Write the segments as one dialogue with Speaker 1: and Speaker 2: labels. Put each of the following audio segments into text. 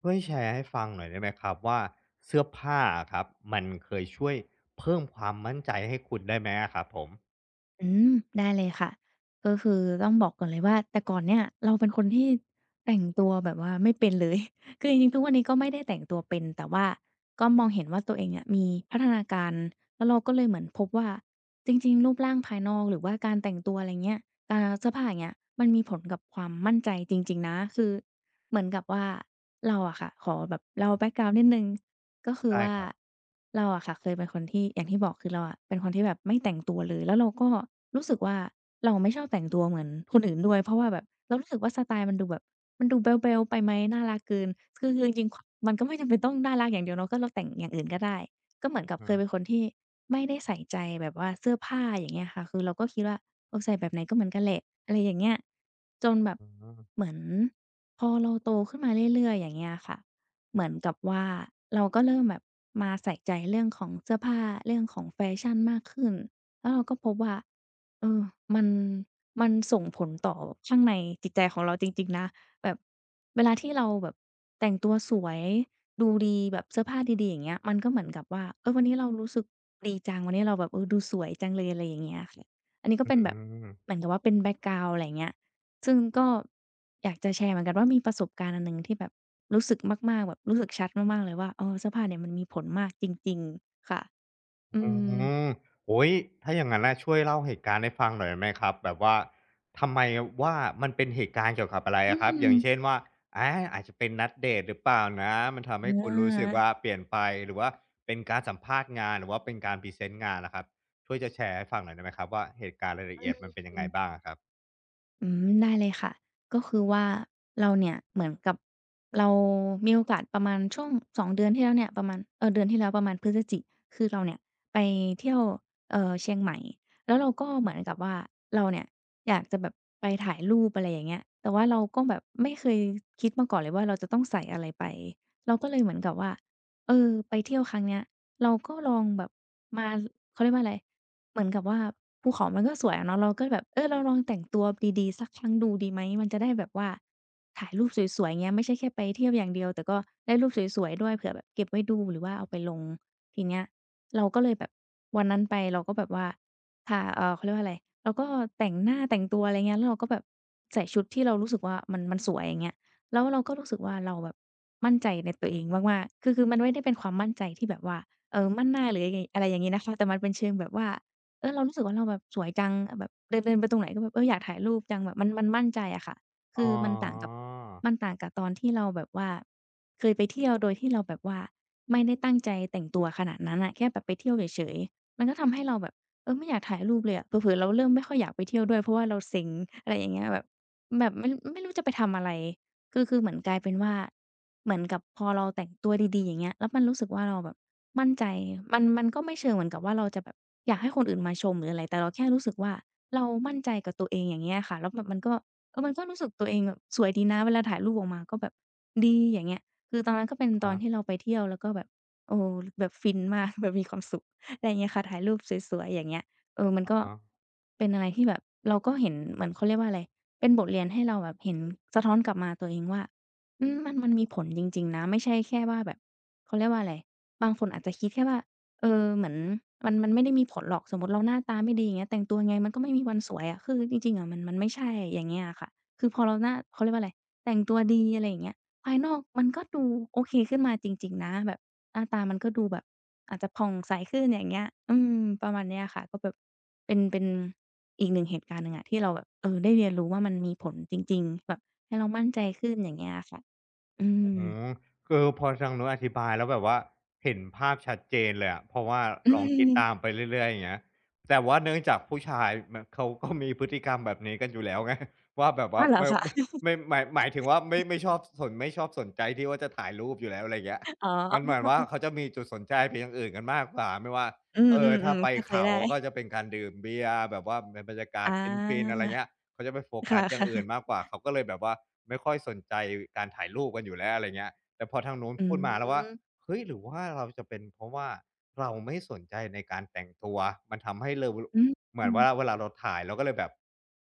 Speaker 1: ช่วยแชร์ให้ฟังหน่อยได้ไหมครับว่าเสื้อผ้าอะครับมันเคยช่วยเพิ่มความมั่นใจให้คุณได้ไหมอะครับผม
Speaker 2: อืมได้เลยค่ะก็คือต้องบอกก่อนเลยว่าแต่ก่อนเนี่ยเราเป็นคนที่แต่งตัวแบบว่าไม่เป็นเลย คือจริงๆทุกวันนี้ก็ไม่ได้แต่งตัวเป็นแต่ว่าก็มองเห็นว่าตัวเองเนี่ยมีพัฒนาการแล้วเราก็เลยเหมือนพบว่าจริงๆรูปร่างภายนอกหรือว่าการแต่งตัวอะไรเงี้ยการเสื้อผ้าอย่างเงี้ยมันมีผลกับความมั่นใจจริงๆนะคือเหมือนกับว่าเราอะค่ะขอแบบเราแบ็กกราวนิดนึง ก็คือ
Speaker 1: ได้
Speaker 2: ว่า
Speaker 1: ครับ
Speaker 2: เราอะค่ะเคยเป็นคนที่อย่างที่บอกคือเราอะเป็นคนที่แบบไม่แต่งตัวเลยแล้วเราก็รู้สึกว่าเราไม่ชอบแต่งตัวเหมือนคนอื่นด้วยเพราะว่าแบบเรารู้สึกว่าสไตล์มันดูแบบมันดูเบลๆไปไหมน่ารักเกินคือจริงๆคมันก็ไม่จำเป็นต้องน่ารักอย่างเดียวเนาะก็เราแต่งอย่างอื่นก็ได้ก็เหมือนกับ
Speaker 1: อื
Speaker 2: เคยเป็น
Speaker 1: ม
Speaker 2: คนที่ไม่ได้ใส่ใจแบบว่าเสื้อผ้าอย่างเงี้ยค่ะคือเราก็คิดว่าเออใส่แบบไหนก็เหมือนกันแหละอะไรอย่างเงี้ยจนแบบ
Speaker 1: อืม
Speaker 2: เหมือนพอเราโตขึ้นมาเรื่อยๆอย่างเงี้ยค่ะ เหมือนกับว่าเราก็เริ่มแบบมาใส่ใจเรื่องของเสื้อผ้าเรื่องของแฟชั่นมากขึ้นแล้วเราก็พบว่าเออมันมันส่งผลต่อข้างในจิตใจของเราจริงๆนะแบบเวลาที่เราแบบแต่งตัวสวยดูดีแบบเสื้อผ้าดีๆอย่างเงี้ยมันก็เหมือนกับว่าเออวันนี้เรารู้สึกดีจังวันนี้เราแบบเออดูสวยจังเลยอะไรอย่างเงี้ยค่ะอันนี้ก็
Speaker 1: อื
Speaker 2: เป็นแบบเห
Speaker 1: ม
Speaker 2: มือนกับว่าเป็นแบ็กกราวนด์อะไรอย่างเงี้ย ซึ่งก็อยากจะแชร์เหมือนกันว่ามีประสบการณ์อันหนึ่งที่แบบรู้สึกมากๆแบบรู้สึกชัดมากๆเลยว่าเออเสื้อผ้าเนี่ยมันมีผลมากจริงๆค่ะอื
Speaker 1: อื
Speaker 2: ม
Speaker 1: มโอ้โฮถ้าอย่างงั้นน่ะช่วยเล่าเหตุการณ์ให้ฟังหน่อยได้ไหมครับแบบว่าทำไมว่ามันเป็นเหตุการณ์เกี่ยวกับอะไร
Speaker 2: อื
Speaker 1: อะครับอ
Speaker 2: ม
Speaker 1: ย่างเช่นว่าอาอาจจะเป็นนัดเดตหรือเปล่านะมันทำ
Speaker 2: อ
Speaker 1: ให้คุณรู้สึก
Speaker 2: า
Speaker 1: ว่าเปลี่ยนไปหรือว่าเป็นการสัมภาษณ์งานหรือว่าเป็นการพรีเซนต์งานอะครับช่วยจะแชร์ให้ฟังหน่อยได้ไหมครับว่าเหตุการณ์รายละ
Speaker 2: อื
Speaker 1: เอียดมันเป็นยังไง
Speaker 2: ม
Speaker 1: บ้างอะครับ
Speaker 2: อืมได้เลยค่ะก็คือว่าเราเนี่ยเหมือนกับเรามีโอกาสประมาณช่วง2เดือนที่แล้วเนี่ยประมาณเออเดือนที่แล้วประมาณพฤศจิคือเราเนี่ยไปเที่ยวเชียงใหม่แล้วเราก็เหมือนกับว่าเราเนี่ยอยากจะแบบไปถ่ายรูปอะไรอย่างเงี้ยแต่ว่าเราก็แบบไม่เคยคิดมาก่อนเลยว่าเราจะต้องใส่อะไรไปเราก็เลยเหมือนกับว่าเออไปเที่ยวครั้งเนี้ยเราก็ลองแบบมาเขาเรียกว่าอะไร เหมือนกับว่าภูเขามันก็สวยอะเนาะเราก็แบบเออเราลองแต่งตัวดีๆสักครั้งดูดีไหมมันจะได้แบบว่าถ่ายรูปสวยๆอเงี้ยไม่ใช่แค่ไปเที่ยวอย่างเดียวแต่ก็ได้รูปสวยๆด้วยเผื่อแบบเก็บไว้ดูหรือว่าเอาไปลงทีเนี้ยเราก็เลยแบบวันนั้นไปเราก็แบบว่าทาเขาเรียกว่าอะไรเราก็แต่งหน้าแต่งตัวอะไรเงี้ยแล้วเราก็แบบใส่ชุดที่เรารู้สึกว่ามันสวยอย่างเงี้ยแล้วเราก็รู้สึกว่าเราแบบมั่นใจในตัวเองมากๆคือมันไม่ได้เป็นความมั่นใจที่แบบว่าเออมั่นหน้าหรือยังไงอะไรอย่างงี้นะคะแต่มันเป็นเชิงแบบว่า เออเรารู้สึกว่าเราแบบสวยจังแบบเดินเดินไปตรงไหนก็แบบเอออยากถ่ายรูปจังแบบมันมั่นใจอะค่ะ
Speaker 1: อ๋อ
Speaker 2: คือมันต่างกับมันต่างกับตอนที่เราแบบว่าเคยไปเที่ยวโดยที่เราแบบว่าไม่ได้ตั้งใจแต่งตัวขนาดนั้นน่ะแค่แบบไปเที่ยวเฉยๆมันก็ทำให้เราแบบเออไม่อยากถ่ายรูปเลยอะเผลอๆเราเริ่มไม่ค่อยอยากไปเที่ยวด้วยเพราะว่าเราเซ็งอะไรอย่างเงี้ยแบบแบบไม่รู้จะไปทำอะไรคือเหมือนกลายเป็นว่าเหมือนกับพอเราแต่งตัวดีๆอย่างเงี้ยแล้วมันรู้สึกว่าเราแบบ มั่นใจมันก็ไม่เชิงเหมือนกับว่าเราจะแบบอยากให้คนอื่นมาชมหรืออะไรแต่เราแค่รู้สึกว่าเรามั่นใจกับตัวเองอย่างเงี้ยค่ะแล้วแบบมันก็เออมันก็รู้สึกตัวเองแบบสวยดีนะเวลาถ่ายรูปออกมาก็แบบดีอย่างเงี้ยคือตอนนั้นก็เป็นตอน
Speaker 1: อะ
Speaker 2: ที่เราไปเที่ยวแล้วก็แบบโอ้แบบฟินมาก แบบมีความสุขอะไรอย่างเงี้ยค่ะถ่ายรูปสวยๆอย่างเงี้ยมัน
Speaker 1: ฮ
Speaker 2: ก็
Speaker 1: ะ
Speaker 2: เป็นอะไรที่แบบเราก็เห็นเหมือนเขาเรียกว่าอะไรเป็นบทเรียนให้เราแบบเห็นสะท้อนกลับมาตัวเองว่ามันมีผลจริงๆนะไม่ใช่แค่ว่าแบบเขาเรียกว่าอะไร บางคนอาจจะคิดแค่ว่าเหมือนมันไม่ได้มีผลหรอกสมมุติเราหน้าตาไม่ดีอย่างเงี้ยแต่งตัวยังไงมันก็ไม่มีวันสวยอะคือจริงๆอะมันไม่ใช่อย่างเงี้ยอะค่ะคือพอเราหน้าเขาเรียกว่าอะไรแต่งตัวดีอะไรอย่างเงี้ยภายนอกมันก็ดูโอเคขึ้นมาจริงๆนะแบบหน้าตามันก็ดูแบบอาจจะผ่องใสขึ้นอย่างเงี้ยอืมประมาณเนี้ยค่ะก็แบบเป็นอีกหนึ่งเหตุการณ์หนึ่งอะที่เราแบบได้เรียนรู้ว่ามันมีผลจริงๆแบบให้เรามั่นใจขึ้นอย่างเงี้ยอะค่ะอื
Speaker 1: ๆ
Speaker 2: ม
Speaker 1: อืมคือพอทางนู้นอธิบายแล้วแบบว่าเห็นภาพชัดเจนเลยอะเพราะว่า
Speaker 2: อื
Speaker 1: ลองคิด
Speaker 2: ม
Speaker 1: ตามไปเรื่อยๆอย่างเงี้ยแต่ว่าเนื่องจากผู้ชายมะเขาก็มีพฤติกรรมแบบนี้กันอยู่แล้วไง ว่าแบบ
Speaker 2: อ้า
Speaker 1: ว่า
Speaker 2: วเหรอ
Speaker 1: ไม่
Speaker 2: คะ
Speaker 1: ไม่หมายถึงว่าไม่ชอบสนใจที่ว่าจะถ่ายรูปอยู่แล้วอะไรอย่างเงี้ย
Speaker 2: อ๋อ
Speaker 1: งั้นเหมือนว่าเขาจะมีจุดสนใจไปอย่างอื่นกันมากกว่าไม่ว่า
Speaker 2: อื
Speaker 1: เออถ้า
Speaker 2: มๆ
Speaker 1: ไป
Speaker 2: ๆเข้าใจ
Speaker 1: เขา
Speaker 2: ได้
Speaker 1: ก็จะเป็นการดื่มเบียร์แบบว่าเป็นบรรยากา
Speaker 2: อ
Speaker 1: ศเพลินๆอะไร
Speaker 2: า
Speaker 1: เงี้ย เขาจะไปโฟกั
Speaker 2: ค่ะ
Speaker 1: สอย่างอื่น มา
Speaker 2: ๆ
Speaker 1: กกว่าเขาก็เลยแบบว่าไม่ค่อยสนใจการถ่ายรูปกันอยู่แล้วอะไรเงี้ยแต่พอทางนู้น
Speaker 2: อื
Speaker 1: พูดมาแล้วว่า
Speaker 2: ม
Speaker 1: เฮ้ยหรือว่าเราจะเป็นเพราะว่าเราไม่สนใจในการแต่งตัวมันทำให้เรา
Speaker 2: อืม
Speaker 1: เหมื
Speaker 2: อื
Speaker 1: อนว่าเวลาเราถ่ายเราก็เลยแบบ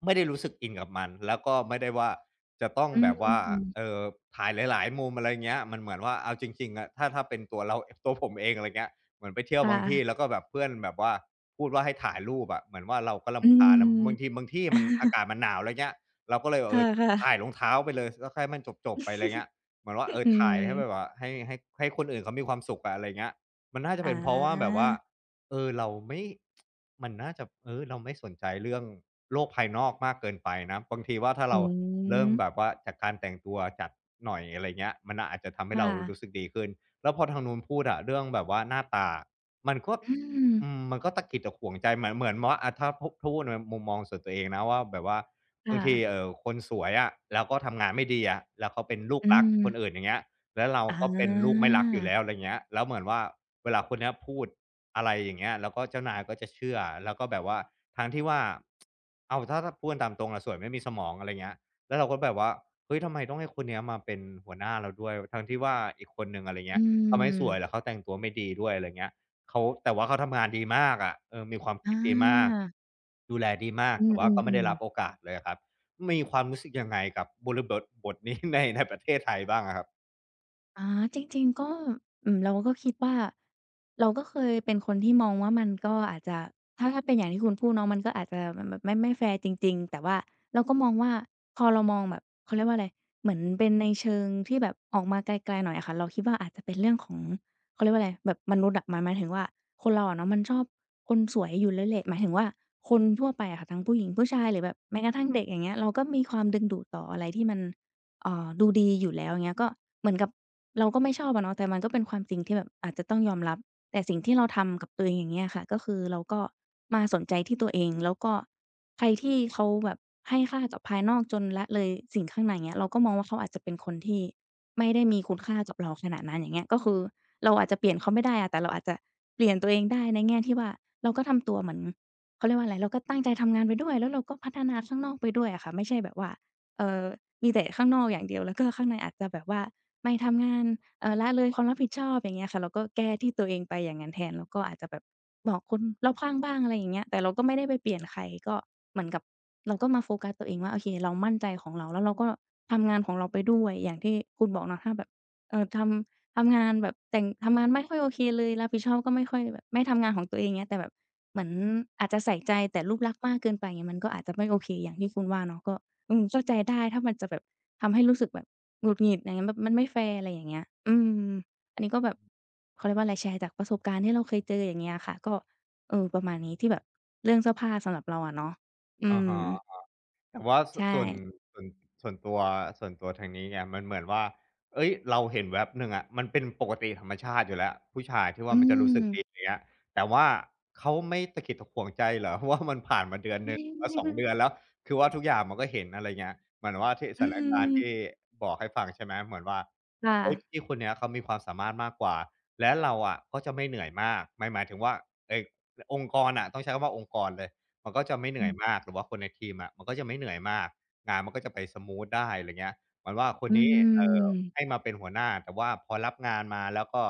Speaker 1: ไม่ได้รู้สึกอินกับมันแล้วก็ไม่ได้ว่าจะต้อง
Speaker 2: ม
Speaker 1: แบบว่า
Speaker 2: อืม
Speaker 1: เอ่อถ่ายหลายๆมุมอะไรเงี้ยมันเหมือนว่าเอาจริงๆอะถ้าเป็นตัวผมเองอะไรเงี้ย เหมือนไปเที่ย
Speaker 2: ค
Speaker 1: วบางที่แล้
Speaker 2: ่ะ
Speaker 1: วก็แบบเพื่อนแบบว่าพูดว่าให้ถ่ายรูปอะเหมือนว่าเราก็
Speaker 2: อื
Speaker 1: รำคาญนะ
Speaker 2: ม
Speaker 1: บางทีบางที่มันอากา ศมันหนาวอะไรเงี้ยเราก็เลย
Speaker 2: ค
Speaker 1: เออถ่าย
Speaker 2: ่ะ
Speaker 1: รองเท้าไปเลยแล้วให้มันจบๆไปอะไรเงี้ยเหมือนว่าเอ
Speaker 2: ๆ
Speaker 1: อ
Speaker 2: อื
Speaker 1: ถ่าย
Speaker 2: ม
Speaker 1: ให้แบบว่าให้คนอื่นเขามีความสุขอะอะไรเงี้ยมันน่าจะเป็
Speaker 2: อา
Speaker 1: นเพราะว่าแบบว่าเออเราไม่มันน่าจะเราไม่สนใจเรื่องโลกภายนอกมากเกินไปนะบางทีว่าถ้า
Speaker 2: อื
Speaker 1: เราเริ่ม
Speaker 2: ม
Speaker 1: แบบว่าจากการแต่งตัวจัดหน่อยอะไรเงี้ยมันอาจจะทำ
Speaker 2: ค
Speaker 1: ให้เรารู้
Speaker 2: ่ะ
Speaker 1: สึกดีขึ้น แล้วพอทางนู้นพูดอะเรื่องแบบว่าหน้าตา มันก็
Speaker 2: อืม
Speaker 1: มันก็ตะกิดตะขวงใจเหมือนว่าอะถ้าพูดในมุมมองส่วนตัวเองนะว่าแบบว่าบา
Speaker 2: ค่ะ
Speaker 1: งทีคนสวยอะแล้วก็ทำงานไม่ดีอะแล้วเขาเป็นลูก
Speaker 2: อื
Speaker 1: รักคนอื่น
Speaker 2: ม
Speaker 1: อย่างเงี้ยแล้วเรา
Speaker 2: อ
Speaker 1: ก็เป็นลูก
Speaker 2: า
Speaker 1: ไม่รักอยู่แล้วอะไรเงี้ยแล้วเหมือนว่าเวลาคนเนี้ยพูดอะไรอย่างเงี้ยแล้วก็เจ้านายก็จะเชื่อแล้วก็แบบว่าทั้งที่ว่าอ้าวถ้าพูดกันตามตรงอะสวยไม่มีสมองอะไรเงี้ยแล้วเราก็แบบว่าเฮ้ยทำไมต้องให้คนเนี้ยมาเป็นหัวหน้าเราด้วยทั้งที่ว่าอีกคนหนึ่งอะไรเงี้
Speaker 2: อื
Speaker 1: ย เขาไม่ส
Speaker 2: ม
Speaker 1: วยแล้วเขาแต่งตัวไม่ดีด้วยอะไรเงี้ยเขาแต่ว่าเขาทำงานดีมากอะเออมีความ
Speaker 2: อ
Speaker 1: คิดดีมาก
Speaker 2: า
Speaker 1: ดูแลดีมาก
Speaker 2: อื
Speaker 1: แต่ว่าก็ไม่
Speaker 2: ม
Speaker 1: ได้
Speaker 2: ๆ
Speaker 1: รับ
Speaker 2: ๆ
Speaker 1: โอกาสเลยอะครับมีความรู้สึกยังไงกับบริบทบทนี้ ในในประเทศไทยบ้างอะครับ
Speaker 2: อาจริงๆก็อืมเราก็คิดว่าเราก็เคยเป็นคนที่มองว่ามันก็อาจจะถ้าเป็นอย่างที่คุณพูดเนาะมันก็อาจจะแบบไม่แฟร์จริงๆแต่ว่าเราก็มองว่าพอเรามองแบบเขาเรียกว่าอะไรเหมือนเป็นในเชิงที่แบบออกมาไกลๆหน่อยอะค่ะเราคิดว่าอาจจะเป็นเรื่องของเขาเรียกว่าอะไรแบบมนุษย์อะหมายถึงว่าคนเราอะเนาะมันชอบคนสวยอยู่แล้วแหละหมายถึงว่าคนทั่วไปอะค่ะทั้งผู้หญิงผู้ชายหรือแบบแม้กระทั่งเด็กอย่างเงี้ยเราก็มีความดึงดูดต่ออะไรที่มันดูดีอยู่แล้วอย่างเงี้ยก็เหมือนกับ เราก็ไม่ชอบอะเนาะแต่มันก็เป็นความจริงที่แบบอาจจะต้องยอมรับแต่สิ่งที่เราทำกับตัวเองอย่างเงี้ยค่ะก็คือเราก็มาสนใจที่ตัวเองแล้วก็ใครที่เขาแบบให้ค่ากับภายนอกจนละเลยสิ่งข้างในเงี้ยเราก็มองว่าเขาอาจจะเป็นคนที่ไม่ได้มีคุณค่ากับเราขนาดนั้นอย่างเงี้ยก็คือเราอาจจะเปลี่ยนเขาไม่ได้อะแต่เราอาจจะเปลี่ยนตัวเองได้ในแง่ที่ว่าเราก็ทำตัวเหมือนเขาเรียกว่าอะไรเราก็ตั้งใจทำงานไปด้วยแล้วเราก็พัฒนาข้างนอกไปด้วยอะค่ะไม่ใช่แบบว่าเอ่อมีแต่ข้างนอกอย่างเดียวแล้วก็ข้างในอาจจะแบบว่า ไปทำงานละเลยความรับผิดชอบอย่างเงี้ยค่ะเราก็แก้ที่ตัวเองไปอย่างงั้นแทนแล้วก็อาจจะแบบบอกคนรอบข้างบ้างอะไรอย่างเงี้ยแต่เราก็ไม่ได้ไปเปลี่ยนใครก็เหมือนกับเราก็มาโฟกัสตัวเองว่าโอเคเรามั่นใจของเราแล้วเราก็ทำงานของเราไปด้วยอย่างที่คุณบอกเนาะถ้าแบบเอ่อททำงานแบบแต่งทำงานไม่ค่อยโอเคเลยรับผิดชอบก็ไม่ค่อยแบบไม่ทำงานของตัวเองเงี้ยแต่แบบเหมือนอาจจะใส่ใจแต่รูปลักษณ์มากเกินไปอย่างเงี้ยมันก็อาจจะไม่โอเคอย่างที่คุณว่าเนาะก็อืมเข้าใจได้ถ้ามันจะแบบ ทำให้รู้สึกแบบหงุดหงิดอย่างเงั้นแบบมันไม่แฟร์อะไรอย่างเงี้ยอืมอันนี้ก็แบบเขาเรียกว่าอะไรแชร์จากประสบการณ์ที่เราเคยเจออย่างเงี้ยค่ะก็ประมาณนี้ที่แบบเรื่องเสื้อผ้าสำหรับเราอะเนาะอื
Speaker 1: อะ
Speaker 2: ม
Speaker 1: ฮะ แต่ว่าส
Speaker 2: ใช่
Speaker 1: ส่วนส่วนส่วนตัวส่วนตัวทางนี้ไงมันเหมือนว่าเฮ้ยเราเห็นแวบหนึ่งอะมันเป็นปกติธรรมชาติอยู่แล้วผู้ชายที่ว่า
Speaker 2: อื
Speaker 1: มันจะรู้สึ
Speaker 2: ม
Speaker 1: กดีอย่างเงี้ยแต่ว่าเขาไม่ตะขิดตะขวงใจเหรอ ว่ามันผ่านมาเดือนหนึ่งหรือว่า2เดือนแล้วคือว่าทุกอย่างมันก็เห็นอะไรเงี้ยเหมือนว่าที่ส
Speaker 2: อื
Speaker 1: ถานการณ์ที่
Speaker 2: ม
Speaker 1: บอกให้ฟังใช่ไหมเหมือนว่า
Speaker 2: ค
Speaker 1: เฮ้ย
Speaker 2: ่ะ
Speaker 1: พี่คนเนี้ยเขามีความสามารถมากกว่าและเราอะก็จะไม่เหนื่อยมากหมายถึงว่าเออองค์กรอะต้องใช้คำว่าองค์กรเลย มันก็จะไม่เห
Speaker 2: อื
Speaker 1: นื่อย
Speaker 2: ม
Speaker 1: มากหรือว่าคนในทีมอะมันก็จะไม่เหนื่อยมากงานมันก็จะไปสมูทได้อะไรเงี้ยเหมือนว่าคน
Speaker 2: อื
Speaker 1: นี้เอ่อให้
Speaker 2: ม
Speaker 1: มาเป็นหัวหน้าแต่ว่าพอรับงานมาแล้วก็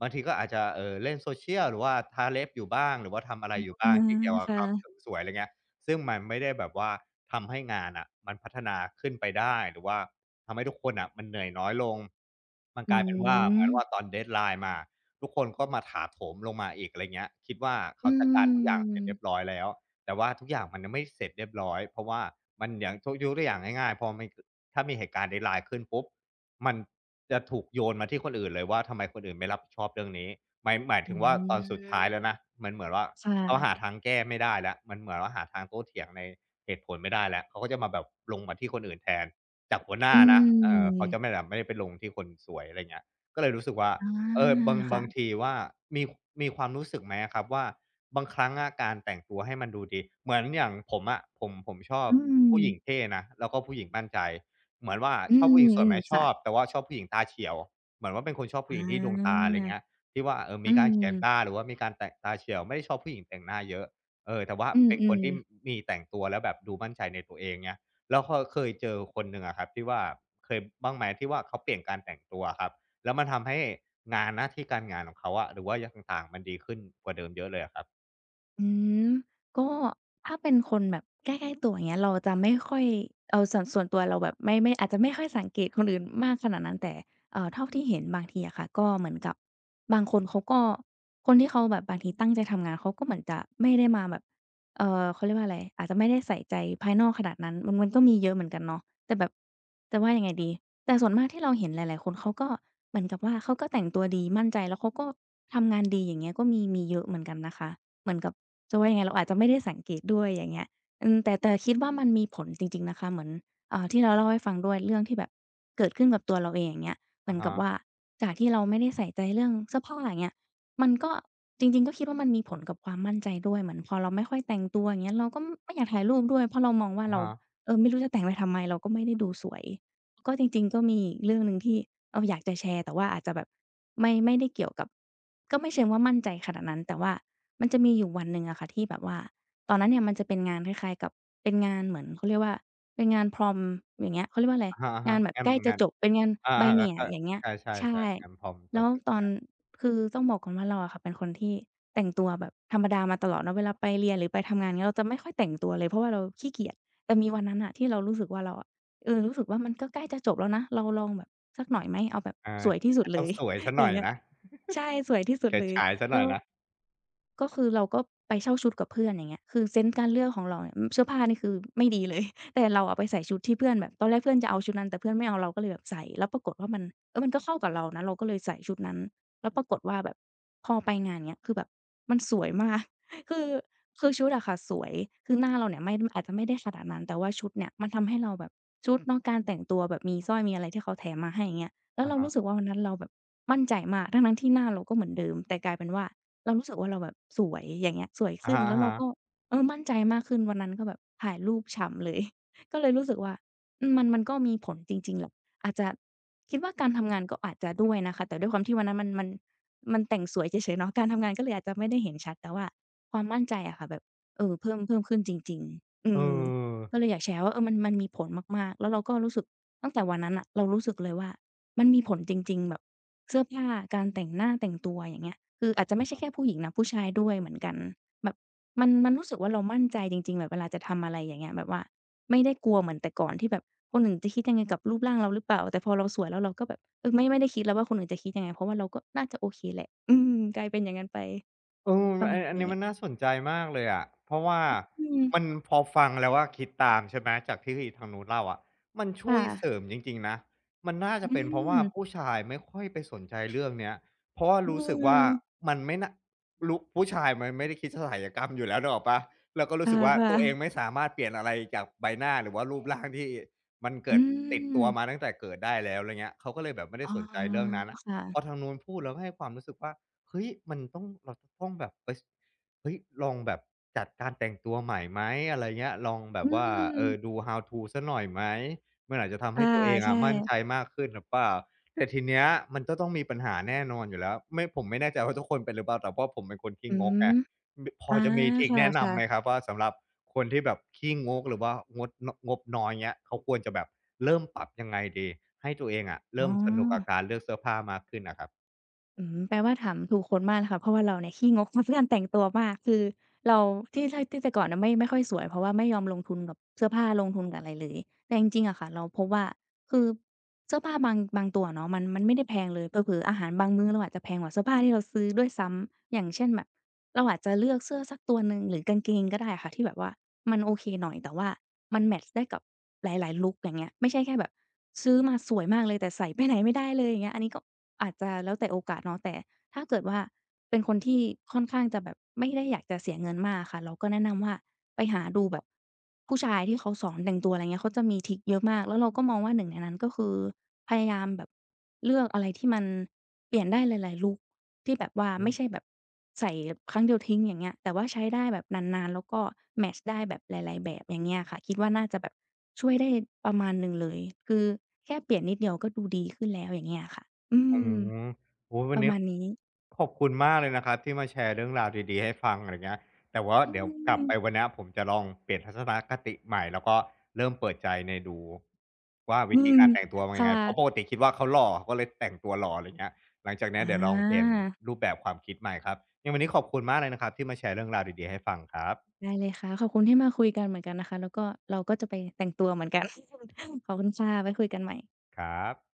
Speaker 1: บางทีก็อาจจะเล่น Social หรือว่าทาเล็บอยู่บ้างหรือว่าทำอะไรอยู่
Speaker 2: อา
Speaker 1: บ้างที่เกี่ยวกับความเส
Speaker 2: ค่ะ
Speaker 1: ริมสวยอะไรเงี้ยซึ่งมันไม่ได้แบบว่าทำให้งานน่ะมันพัฒนาขึ้นไปได้หรือว่าทำให้ทุกคนน่ะมันเหนื่อยน้อยลงมัน
Speaker 2: อื
Speaker 1: กลายเป็นว่าเหมือ
Speaker 2: ม
Speaker 1: นว่าตอน deadline มาทุกคนก็มาถาโถมลงมาอีกอะไรเงี้ยคิดว่าเขา
Speaker 2: อื
Speaker 1: จัดการทุกอย่างเส
Speaker 2: ม
Speaker 1: ร็จเรียบร้อยแล้ว แต่ว่าทุกอย่างมันยังไม่เสร็จเรียบร้อยเพราะว่ามันอย่างยกตัวอย่างง่ายๆพอมันถ้ามีเหตุการณ์ร้ายๆขึ้นปุ๊บมันจะถูกโยนมาที่คนอื่นเลยว่าทำไมคนอื่นไม่รับผิดชอบเรื่องนี้หมาย
Speaker 2: อื
Speaker 1: ถึงว่าตอนสุด
Speaker 2: ม
Speaker 1: ท้ายแล้วนะมันเหมือนว่า
Speaker 2: ค
Speaker 1: เขาหา
Speaker 2: ่ะ
Speaker 1: ทางแก้ไม่ได้แล้วมันเหมือนว่าหาทางโต้เถียงในเหตุผลไม่ได้แล้วเขาก็จะมาแบบลงมาที่คนอื่นแทนจากหัวห
Speaker 2: อื
Speaker 1: น้านะ
Speaker 2: ม
Speaker 1: เขาจะไม่แบบไม่ได้ไปลงที่คนสวยอะไรเงี้ยก็เลยรู้สึกว่า
Speaker 2: อา
Speaker 1: บาง
Speaker 2: ค่ะ
Speaker 1: ทีว่ามีมีความรู้สึกไหมอะครับว่า บางครั้งอะการแต่งตัวให้มันดูดีเหมือนอย่างผมอะผมชอบ
Speaker 2: อืม
Speaker 1: ผู้หญิงเท่นะแล้วก็ผู้หญิงมั่นใจเหมือนว่า
Speaker 2: อื
Speaker 1: ชอบผู้หญิงสวยไห
Speaker 2: ม
Speaker 1: ม
Speaker 2: ๆ
Speaker 1: ช
Speaker 2: ค่ะ
Speaker 1: อบแต่ว่าชอบผู้หญิงตาเฉียวเหมือนว่าเป็นคนชอบ
Speaker 2: อา
Speaker 1: ผู้หญิงที่ดวงตาอะไรเงี้ยที่ว่า
Speaker 2: อื
Speaker 1: มีการเขียนตา
Speaker 2: ม
Speaker 1: หรือว่ามีการแต่งตาเฉียวไม่ได้ชอบผู้หญิงแต่งหน้าเยอะแต่ว่า
Speaker 2: อืม
Speaker 1: เป็น
Speaker 2: อื
Speaker 1: คน
Speaker 2: ม
Speaker 1: ที่มีแต่งตัวแล้วแบบดูมั่นใจในตัวเองเงี้ยแล้วก็เคยเจอคนหนึ่งอะครับที่ว่าเคยบ้างไหมที่ว่าเขาเปลี่ยนการแต่งตัวอะครับแล้วมันทำให้งานหน้าที่การงานของเขาอะหรือว่าอย่างต่างๆมันดีขึ้นกว่าเดิมเยอะเลยอะครับ
Speaker 2: อืมก็ถ้าเป็นคนแบบใกล้ๆตัวอย่างเงี้ยเราจะไม่ค่อยเอาส่วนตัวเราแบบไม่อาจจะไม่ค่อยสังเกตคนอื่นมากขนาดนั้นแต่เท่าที่เห็นบางทีอะค่ะก็เหมือนกับบางคนเขาก็คนที่เขาแบบบางทีตั้งใจทำงานเขาก็เหมือนจะไม่ได้มาแบบเขาเรียกว่าอะไรอาจจะไม่ได้ใส่ใจภายนอกขนาดนั้นมันก็มีเยอะเหมือนกันเนาะแต่แบบจะว่ายังไงดีแต่ส่วนมากที่เราเห็นหลายๆคนเขาก็เหมือนกับว่าเขาก็แต่งตัวดีมั่นใจแล้วเขาก็ทำงานดีอย่างเงี้ยก็มีเยอะเหมือนกันนะคะ เหมือนกับจะว่ายังไงเราอาจจะไม่ได้สังเกตด้วยอย่างเงี้ยอืมแต่คิดว่ามันมีผลจริงๆนะคะเหมือนเอ่าที่เราเล่าให้ฟังด้วยเรื่องที่แบบเกิดขึ้นกับตัวเราเองอย่างเงี้ยเหมื
Speaker 1: อะ
Speaker 2: อนกั
Speaker 1: ฮะ
Speaker 2: บว่าจากที่เราไม่ได้ใส่ใจเรื่องเสื้อผ้าอย่างเงี้ยมันก็จริงๆก็คิดว่ามันมีผลกับความมั่นใจด้วยเหมือนพอเราไม่ค่อยแต่งตัวอย่างเงี้ยเราก็ไม่อยากถ่ายรูปด้วยเพราะเรามองว่า
Speaker 1: อะ
Speaker 2: เรา
Speaker 1: ฮะ
Speaker 2: เออไม่รู้จะแต่งไปทำไมเราก็ไม่ได้ดูสวยก็จริงๆก็มีอีกเรื่องหนึ่งที่เอออยากจะแชร์แต่ว่าอาจจะแบบไม่ได้เกี่ยวกับก็ไม่เชิงว่ามั่นใจขนาดนั้นแต่ว่า มันจะมีอยู่วันหนึ่งอะค่ะที่แบบว่าตอนนั้นเนี่ยมันจะเป็นงานคล้ายๆกับเป็นงานเหมือนเขาเรียกว่าเป็นงาน Prom อย่างเงี้ยเขาเรียกว่าอะไร
Speaker 1: อะฮะอะ
Speaker 2: งา
Speaker 1: ฮะ
Speaker 2: นแบบ
Speaker 1: งาน
Speaker 2: ใกล้จะ
Speaker 1: งาน
Speaker 2: จบเป็นงาน
Speaker 1: อาๆแล้ว
Speaker 2: Biennial
Speaker 1: ก็
Speaker 2: อย่างเงี้ย
Speaker 1: ใช่
Speaker 2: ใช่
Speaker 1: ๆๆงานพอมตอ
Speaker 2: แล้
Speaker 1: น
Speaker 2: ว
Speaker 1: จ
Speaker 2: ตอน
Speaker 1: บ
Speaker 2: คือต้องบอกก่อนว่าเราอะค่ะเป็นคนที่แต่งตัวแบบธรรมดามาตลอดเนาะเวลาไปเรียนหรือไปทำงานเงี้ยเราจะไม่ค่อยแต่งตัวเลยเพราะว่าเราขี้เกียจแต่มีวันนั้นน่ะที่เรารู้สึกว่าเราอะเออรู้สึกว่ามันก็ใกล้จะจบแล้วนะเราลองแบบสักหน่อยไหมเอาแบบ
Speaker 1: อา
Speaker 2: สวยที่สุด
Speaker 1: ฉัน
Speaker 2: เล
Speaker 1: ต้อง
Speaker 2: ย
Speaker 1: สวยเสีย
Speaker 2: อ
Speaker 1: หน่
Speaker 2: ย่า
Speaker 1: อย
Speaker 2: งเงี้ย
Speaker 1: นะ
Speaker 2: ใช่สวยที่สุด
Speaker 1: เฉิด
Speaker 2: เลย
Speaker 1: ฉายเสียห
Speaker 2: แล้
Speaker 1: น่อย
Speaker 2: ว
Speaker 1: นะ
Speaker 2: ก็คือเราก็ไปเช่าชุดกับเพื่อนอย่างเงี้ยคือเซนส์การเลือกของเราเนี่ยอืมเสื้อผ้านี่คือไม่ดีเลย แต่เราอะไปใส่ชุดที่เพื่อนแบบตอนแรกเพื่อนจะเอาชุดนั้นแต่เพื่อนไม่เอาเราก็เลยแบบใส่แล้วปรากฏว่ามันเออมันก็เข้ากับเรานะเราก็เลยใส่ชุดนั้นแล้วปรากฏว่าแบบพอไปงานเงี้ยคือแบบมันสวยมาก คือคือชุดอะค่ะสวยคือหน้าเราเนี่ยไม่อาจจะไม่ได้ขนาดนั้นแต่ว่าชุดเนี่ยมันทำให้เราแบบชุดเนาะการแต่งตัวแบบมีสร้อยมีอะไรที่เขาแถมมาให้อย่างเงี้ยแล้ว
Speaker 1: อะ
Speaker 2: เรารู้สึ
Speaker 1: ฮะ
Speaker 2: กว่าวันนั้นเราแบบ มั่นใจมาก ทั้งๆที่หน้าเราก็เหมือนเดิมแต่กลายเป็นว่าเรารู้สึกว่าเราแบบสวยอย่างเงี้ยสวย
Speaker 1: อะ
Speaker 2: ขึ้นแล้วเรา
Speaker 1: ฮะ
Speaker 2: ก็
Speaker 1: ๆ
Speaker 2: เออมั่นใจมากขึ้นวันนั้นก็แบบถ่ายรูปฉ่ำเลย ก็เลยรู้สึกว่าอืมมันก็มีผลจริงๆแหละอาจจะคิดว่าการทำงานก็อาจจะด้วยนะคะแต่ด้วยความที่วันนั้นมันแต่งสวยเฉยๆเนาะการทำงานก็เลยอาจจะไม่ได้เห็นชัด แต่ว่าความมั่นใจอะค่ะแบบเออเพิ่มขึ้นจริงๆอื
Speaker 1: เออ
Speaker 2: มก็เลยอยากแชร์ว่าเออมันมีผลมากๆแล้วเราก็รู้สึกตั้งแต่วันนั้นน่ะเรารู้สึกเลยว่ามันมีผลจริงๆแบบ เสื้อผ้าการแต่งหน้าแต่งตัวอย่างเงี้ยคืออาจจะไม่ใช่แค่ผู้หญิงนะผู้ชายด้วยเหมือนกันแบบมันรู้สึกว่าเรามั่นใจจริงๆแบบเวลาจะทำอะไรอย่างเงี้ยแบบว่าไม่ได้กลัวเหมือนแต่ก่อนที่แบบคนอื่นจะคิดยังไงกับรูปร่างเราหรือเปล่าแต่พอเราสวยแล้วเราก็แบบเออไม่ได้คิดแล้วว่าคนอื่นจะคิดยังไงเพราะว่าเราก็น่าจะโอเคแหละอืมกลายเป็นอย่างงั้นไปประ
Speaker 1: อั
Speaker 2: มา
Speaker 1: น
Speaker 2: ณ
Speaker 1: อัน
Speaker 2: นี้
Speaker 1: นี้มันน่าสนใจมากเลยอะเพราะว่า
Speaker 2: อืม
Speaker 1: มันพอฟังแล้วอะคิดตามใช่ไหมจากที่ทางนู้นเล่าอะมันช่ว
Speaker 2: ค่ะ
Speaker 1: ยเสริมจริงๆนะมันน่า
Speaker 2: อื
Speaker 1: จะเป็นเพราะ
Speaker 2: ม
Speaker 1: ว่าผู้ชายไม่ค่อยไปสนใจเรื่องเนี้ยเพราะว่ารู้สึกว่ามันไม่น่าผู้ชายมันไม่ได้คิดศัลยกรรมอยู่แล้วนึกออกเปล่าแล้วก็
Speaker 2: เอ
Speaker 1: รู้
Speaker 2: อ
Speaker 1: สึกว่า
Speaker 2: ค่ะ
Speaker 1: ตัว
Speaker 2: ๆ
Speaker 1: เองไม่สามารถเปลี่ยนอะไรจากใบหน้าหรือว่ารูปร่างที่มัน
Speaker 2: อื
Speaker 1: เกิดติดตัวมา
Speaker 2: ม
Speaker 1: ตั้งแต่เกิดได้แล้วไรเงี้ยเขาก็เลยแบบไม่ได้
Speaker 2: อ๋อ
Speaker 1: สนใจเรื่องนั้นพอ
Speaker 2: ค่ะ
Speaker 1: ทางนู้นพูดเราก็ให้ความรู้สึกว่า เฮ้ยมันต้องเราจะต้องแบบไปเฮ้ยลองแบบจัดการแต่งตัวใหม่ไหมอะไรเงี้ยลองแบ
Speaker 2: อื
Speaker 1: บว่า
Speaker 2: ม
Speaker 1: ดู how to สักหน่อยไหมมันอาจจะทำให้
Speaker 2: ค่ะ
Speaker 1: ตัวเอง
Speaker 2: ใช่
Speaker 1: อะมั่นใจมากขึ้นหรือเปล่าแต่ทีเนี้ยมันก็ต้องมีปัญหาแน่นอนอยู่แล้วไม่ผมไม่แน่ใจว่าทุกคนเป็นหรือเปล่าแต่ว่าผมเป็นคน
Speaker 2: อื
Speaker 1: ขี้งกไง
Speaker 2: ม
Speaker 1: พอ
Speaker 2: อา
Speaker 1: จะมีทริก
Speaker 2: ค
Speaker 1: แนะ
Speaker 2: ่ะ
Speaker 1: นำไหมครับ
Speaker 2: ๆ
Speaker 1: ว่าสำหรับคนที่แบบขี้งกหรือว่างดนงบน้อยเงี้ยเขาควรจะแบบเริ่มปรับยังไงดีให้ตัวเองอะ
Speaker 2: อ๋
Speaker 1: เริ่
Speaker 2: อ
Speaker 1: มสนุกกับการเลือกเสื้อผ้ามากขึ้นน่ะครั
Speaker 2: อืมแปลว่าถามถูกคนมากนะคะเพราะว่าเราเนี่ยขี้งกกับการแต่งตัวมากคือเราที่ถ้าที่แต่ก่อนน่ะไม่ค่อยสวยเพราะว่าไม่ยอมลงทุนกับเสื้อผ้าลงทุนกับอะไรเลยแต่จริงๆอะค่ะเราพบว่าคือเสื้อผ้าบางตัวเนาะมันไม่ได้แพงเลยเผลอๆอาหารบางมื้อเราอาจจะแพงกว่าเสื้อผ้าที่เราซื้อด้วยซ้ำอย่างเช่นแบบเราอาจจะเลือกเสื้อสักตัวหนึ่งหรือกางเกงก็ได้อะค่ะที่แบบว่ามันโอเคหน่อยแต่ว่ามันแมตช์ได้กับหลายๆลุกอย่างเงี้ยไม่ใช่แค่แบบ ซื้อมาสวยมากเลยแต่ใส่ไปไหนไม่ได้เลยอย่างเงี้ยอันนี้ก็อาจจะแล้วแต่โอกาสเนาะแต่ถ้าเกิดว่าเป็นคนที่ค่อนข้างจะแบบไม่ได้อยากจะเสียเงินมากอะค่ะเราก็แนะนำว่าไปหาดูแบบผู้ชายที่เขาสอนแต่งตัวอะไรเงี้ยเขาจะมีทริกเยอะมากแล้วเราก็มองว่าหนึ่งในนั้นก็คือพยายามแบบเลือกอะไรที่มันเปลี่ยนได้หลายๆลุก ที่แบบว่าไม่
Speaker 1: บ
Speaker 2: ใช่แบบใส่ครั้งเดียวทิ้งอย่างเงี้ยแต่ว่าใช้ได้แบบนานๆแล้วก็แมตช์ได้แบบหลายๆแบบอย่างเงี้ยค่ะคิดว่าน่าจะแบบช่วยได้ประมาณหนึ่งเลยคือแค่เปลี่ยนนิดเดียวก็ดูดีขึ้นแล้วอย่างเงี้ยค่ะอื
Speaker 1: อื
Speaker 2: ม
Speaker 1: มโอ้โฮ
Speaker 2: ป
Speaker 1: วัน
Speaker 2: ระ
Speaker 1: นี้
Speaker 2: มาณนี้
Speaker 1: ขอบคุณมากเลยนะครับที่มาแชร์เรื่องราวดีๆให้ฟังอะไรเงี้ยแต่ว่า
Speaker 2: อื
Speaker 1: เดี๋ยวกลับ
Speaker 2: ม
Speaker 1: ไปวันเนี้ยผมจะลองเปลี่ยนทัศนคติใหม่แล้วก็เริ่มเปิดใจในดูว่า
Speaker 2: อื
Speaker 1: วิธี
Speaker 2: ม
Speaker 1: การแต่งตัวมั
Speaker 2: ค
Speaker 1: นยังไงเพราะป
Speaker 2: ่ะ
Speaker 1: กติคิดว่าเขาหล่อเขาก็เลยแต่งตัวหล่ออะไรเงี้ยหลังจากเนี้ย
Speaker 2: อา
Speaker 1: เดี๋ยวลองเปลี่ยนรูปแบบความคิดใหม่ครับยังไงวันนี้ขอบคุณมากเลยนะครับที่มาแชร์เรื่องราวดีๆให้ฟังครับ
Speaker 2: ได้เลยค่ะขอบคุณที่มาคุยกันเหมือนกันนะคะแล้วก็เราก็จะไปแต่งตัวเหมือนกัน ขอบคุณค่ะไว้คุยกันใหม่
Speaker 1: ครับ